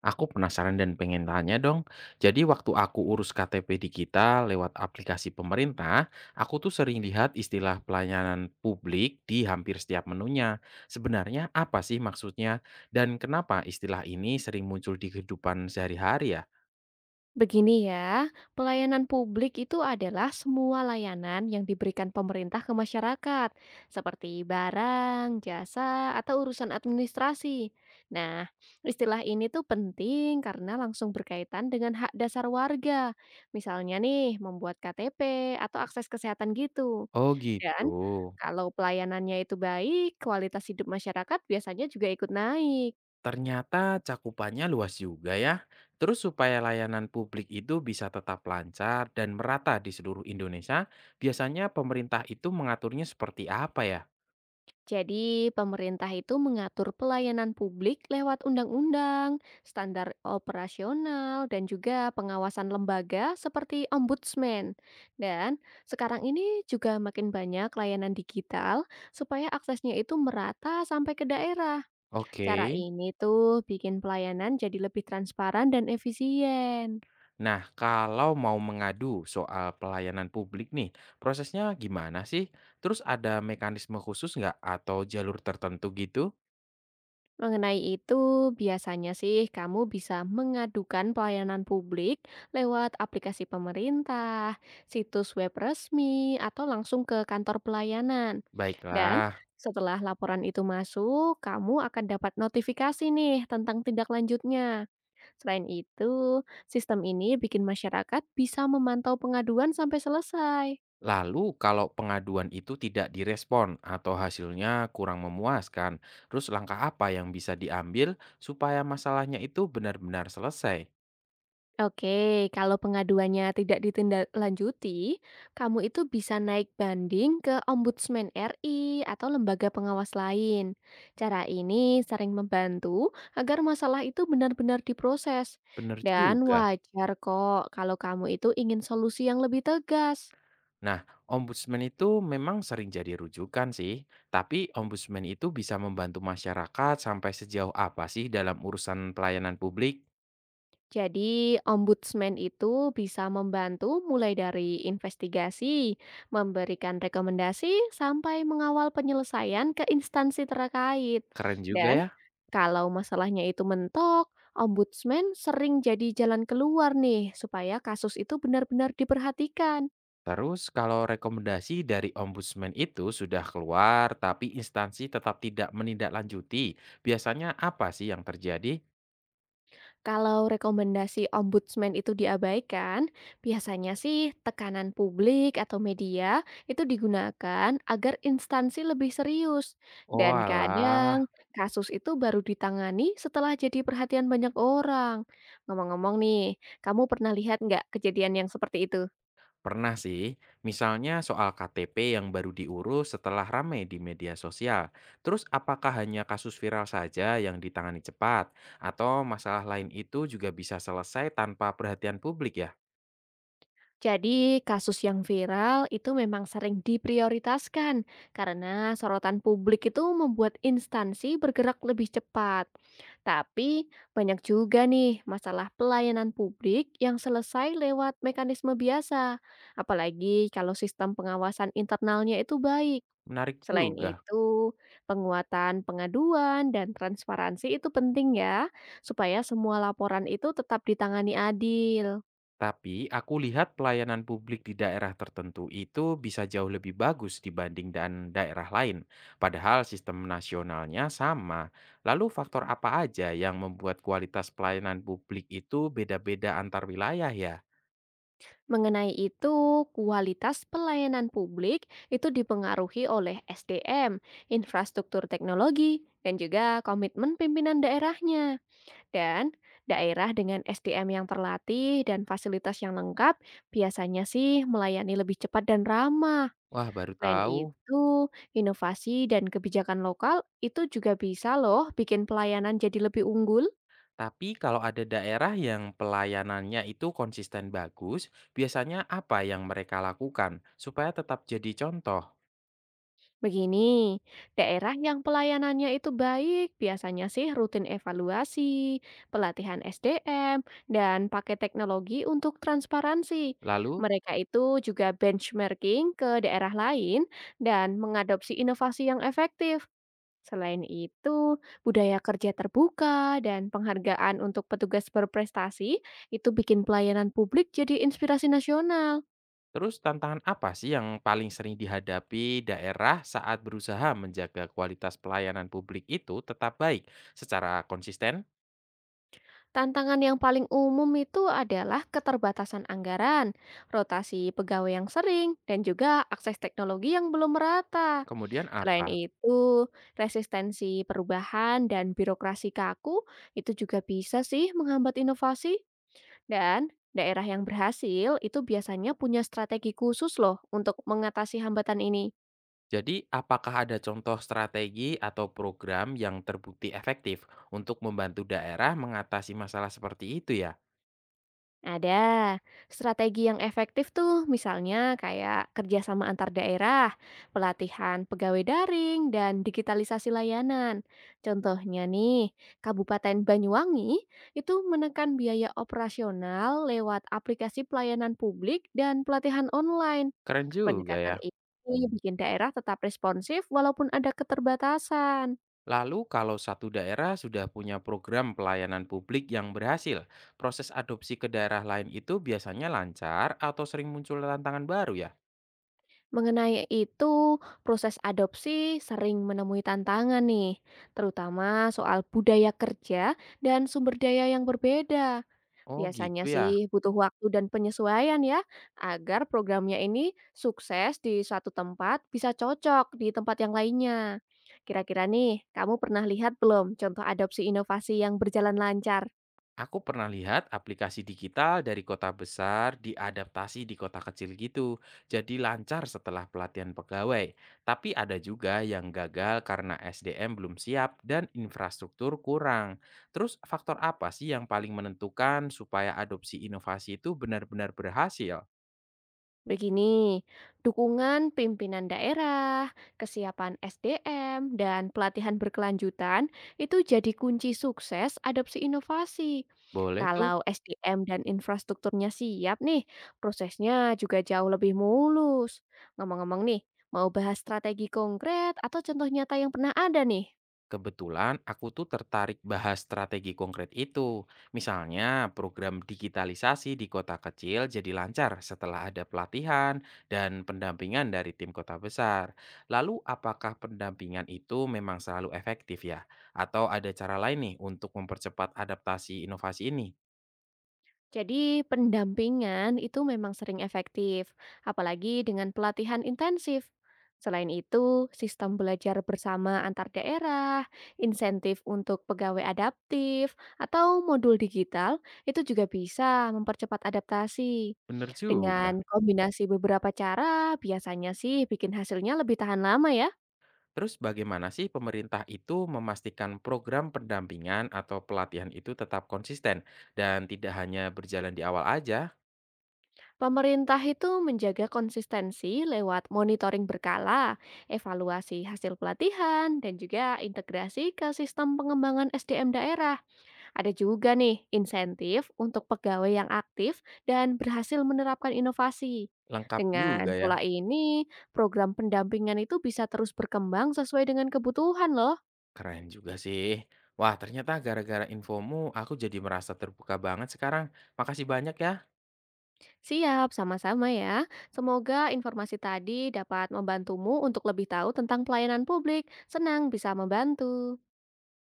Aku penasaran dan pengen tanya dong. Jadi waktu aku urus KTP digital lewat aplikasi pemerintah, aku tuh sering lihat istilah pelayanan publik di hampir setiap menunya. Sebenarnya apa sih maksudnya? Dan kenapa istilah ini sering muncul di kehidupan sehari-hari ya? Begini ya, pelayanan publik itu adalah semua layanan yang diberikan pemerintah ke masyarakat, seperti barang, jasa, atau urusan administrasi. Nah, istilah ini tuh penting karena langsung berkaitan dengan hak dasar warga. Misalnya nih, membuat KTP atau akses kesehatan gitu. Oh gitu. Dan kalau pelayanannya itu baik, kualitas hidup masyarakat biasanya juga ikut naik. Ternyata cakupannya luas juga ya. Terus supaya layanan publik itu bisa tetap lancar dan merata di seluruh Indonesia, biasanya pemerintah itu mengaturnya seperti apa ya? Jadi, pemerintah itu mengatur pelayanan publik lewat undang-undang, standar operasional, dan juga pengawasan lembaga seperti ombudsman. Dan sekarang ini juga makin banyak layanan digital supaya aksesnya itu merata sampai ke daerah. Oke. Cara ini tuh bikin pelayanan jadi lebih transparan dan efisien. Nah, kalau mau mengadu soal pelayanan publik nih, prosesnya gimana sih? Terus ada mekanisme khusus nggak atau jalur tertentu gitu? Mengenai itu, biasanya sih kamu bisa mengadukan pelayanan publik lewat aplikasi pemerintah, situs web resmi, atau langsung ke kantor pelayanan. Dan Baiklah. setelah laporan itu masuk, kamu akan dapat notifikasi nih tentang tindak lanjutnya. Selain itu, sistem ini bikin masyarakat bisa memantau pengaduan sampai selesai. Lalu kalau pengaduan itu tidak direspon atau hasilnya kurang memuaskan, terus langkah apa yang bisa diambil supaya masalahnya itu benar-benar selesai? Oke, kalau pengaduannya tidak ditindaklanjuti, kamu itu bisa naik banding ke Ombudsman RI atau lembaga pengawas lain. Cara ini sering membantu agar masalah itu benar-benar diproses. Benar Dan juga. wajar kok kalau kamu itu ingin solusi yang lebih tegas. Nah, ombudsman itu memang sering jadi rujukan sih, tapi ombudsman itu bisa membantu masyarakat sampai sejauh apa sih dalam urusan pelayanan publik? Jadi, ombudsman itu bisa membantu mulai dari investigasi, memberikan rekomendasi, sampai mengawal penyelesaian ke instansi terkait. Keren juga Dan ya. kalau masalahnya itu mentok, ombudsman sering jadi jalan keluar nih supaya kasus itu benar-benar diperhatikan. Terus kalau rekomendasi dari ombudsman itu sudah keluar tapi instansi tetap tidak menindaklanjuti, biasanya apa sih yang terjadi? Kalau rekomendasi ombudsman itu diabaikan, biasanya sih tekanan publik atau media itu digunakan agar instansi lebih serius. Oh Dan alah. kadang kasus itu baru ditangani setelah jadi perhatian banyak orang. Ngomong-ngomong nih, kamu pernah lihat nggak kejadian yang seperti itu? Pernah sih, misalnya soal KTP yang baru diurus setelah ramai di media sosial. Terus apakah hanya kasus viral saja yang ditangani cepat? Atau masalah lain itu juga bisa selesai tanpa perhatian publik ya? Jadi, kasus yang viral itu memang sering diprioritaskan karena sorotan publik itu membuat instansi bergerak lebih cepat. Tapi, banyak juga nih masalah pelayanan publik yang selesai lewat mekanisme biasa, apalagi kalau sistem pengawasan internalnya itu baik. Menarik Selain juga. itu, penguatan pengaduan dan transparansi itu penting ya, supaya semua laporan itu tetap ditangani adil. Tapi aku lihat pelayanan publik di daerah tertentu itu bisa jauh lebih bagus dibanding dan daerah lain. Padahal sistem nasionalnya sama. Lalu faktor apa aja yang membuat kualitas pelayanan publik itu beda-beda antar wilayah ya? Mengenai itu, kualitas pelayanan publik itu dipengaruhi oleh SDM, infrastruktur teknologi, dan juga komitmen pimpinan daerahnya. Dan daerah dengan SDM yang terlatih dan fasilitas yang lengkap biasanya sih melayani lebih cepat dan ramah. Wah, baru Selain tahu. itu, inovasi dan kebijakan lokal itu juga bisa loh bikin pelayanan jadi lebih unggul. Tapi kalau ada daerah yang pelayanannya itu konsisten bagus, biasanya apa yang mereka lakukan supaya tetap jadi contoh? Begini, daerah yang pelayanannya itu baik biasanya sih rutin evaluasi, pelatihan SDM, dan pakai teknologi untuk transparansi. Lalu, Mereka itu juga benchmarking ke daerah lain dan mengadopsi inovasi yang efektif. Selain itu, budaya kerja terbuka dan penghargaan untuk petugas berprestasi itu bikin pelayanan publik jadi inspirasi nasional. terus tantangan apa sih yang paling sering dihadapi daerah saat berusaha menjaga kualitas pelayanan publik itu tetap baik secara konsisten? Tantangan yang paling umum itu adalah keterbatasan anggaran, rotasi pegawai yang sering, dan juga akses teknologi yang belum merata. Kemudian Selain apa? itu, resistensi perubahan dan birokrasi kaku itu juga bisa sih menghambat inovasi. Dan daerah yang berhasil itu biasanya punya strategi khusus loh untuk mengatasi hambatan ini. Jadi, apakah ada contoh strategi atau program yang terbukti efektif untuk membantu daerah mengatasi masalah seperti itu ya? Ada strategi yang efektif tuh, misalnya kayak kerjasama antar daerah, pelatihan pegawai daring, dan digitalisasi layanan. Contohnya nih, Kabupaten Banyuwangi itu menekan biaya operasional lewat aplikasi pelayanan publik dan pelatihan online. Keren juga Pendekatan ya. ini bikin daerah tetap responsif walaupun ada keterbatasan. Lalu kalau satu daerah sudah punya program pelayanan publik yang berhasil, proses adopsi ke daerah lain itu biasanya lancar atau sering muncul tantangan baru ya? Mengenai itu, proses adopsi sering menemui tantangan nih, terutama soal budaya kerja dan sumber daya yang berbeda. Oh gitu Biasanya ya. sih butuh waktu dan penyesuaian ya, agar programnya ini sukses di suatu tempat bisa cocok di tempat yang lainnya. Kira-kira nih, kamu pernah lihat belum contoh adopsi inovasi yang berjalan lancar? Aku pernah lihat aplikasi digital dari kota besar diadaptasi di kota kecil gitu. Jadi lancar setelah pelatihan pegawai. Tapi ada juga yang gagal karena SDM belum siap dan infrastruktur kurang. Terus faktor apa sih yang paling menentukan supaya adopsi inovasi itu benar-benar berhasil? Begini, dukungan pimpinan daerah, kesiapan SDM, dan pelatihan berkelanjutan itu jadi kunci sukses adopsi inovasi. Boleh tuh. Kalau SDM dan infrastrukturnya siap nih, prosesnya juga jauh lebih mulus. Ngomong-ngomong nih, mau bahas strategi konkret atau contoh nyata yang pernah ada nih? Kebetulan aku tuh tertarik bahas strategi konkret itu. Misalnya program digitalisasi di kota kecil jadi lancar setelah ada pelatihan dan pendampingan dari tim kota besar. Lalu apakah pendampingan itu memang selalu efektif ya? Atau ada cara lain nih untuk mempercepat adaptasi inovasi ini? Jadi, pendampingan itu memang sering efektif, apalagi dengan pelatihan intensif. Selain itu, sistem belajar bersama antar daerah, insentif untuk pegawai adaptif, atau modul digital itu juga bisa mempercepat adaptasi. Bener Dengan juga. kombinasi beberapa cara, biasanya sih bikin hasilnya lebih tahan lama ya. Terus bagaimana sih pemerintah itu memastikan program pendampingan atau pelatihan itu tetap konsisten dan tidak hanya berjalan di awal aja? Pemerintah itu menjaga konsistensi lewat monitoring berkala, evaluasi hasil pelatihan, dan juga integrasi ke sistem pengembangan SDM daerah. Ada juga nih insentif untuk pegawai yang aktif dan berhasil menerapkan inovasi. Lengkap juga Dengan ya, pola ini, program pendampingan itu bisa terus berkembang sesuai dengan kebutuhan loh. keren juga sih. Wah ternyata gara-gara infomu aku jadi merasa terbuka banget sekarang. Makasih banyak ya. Siap, sama-sama ya. Semoga informasi tadi dapat membantumu untuk lebih tahu tentang pelayanan publik. Senang bisa membantu.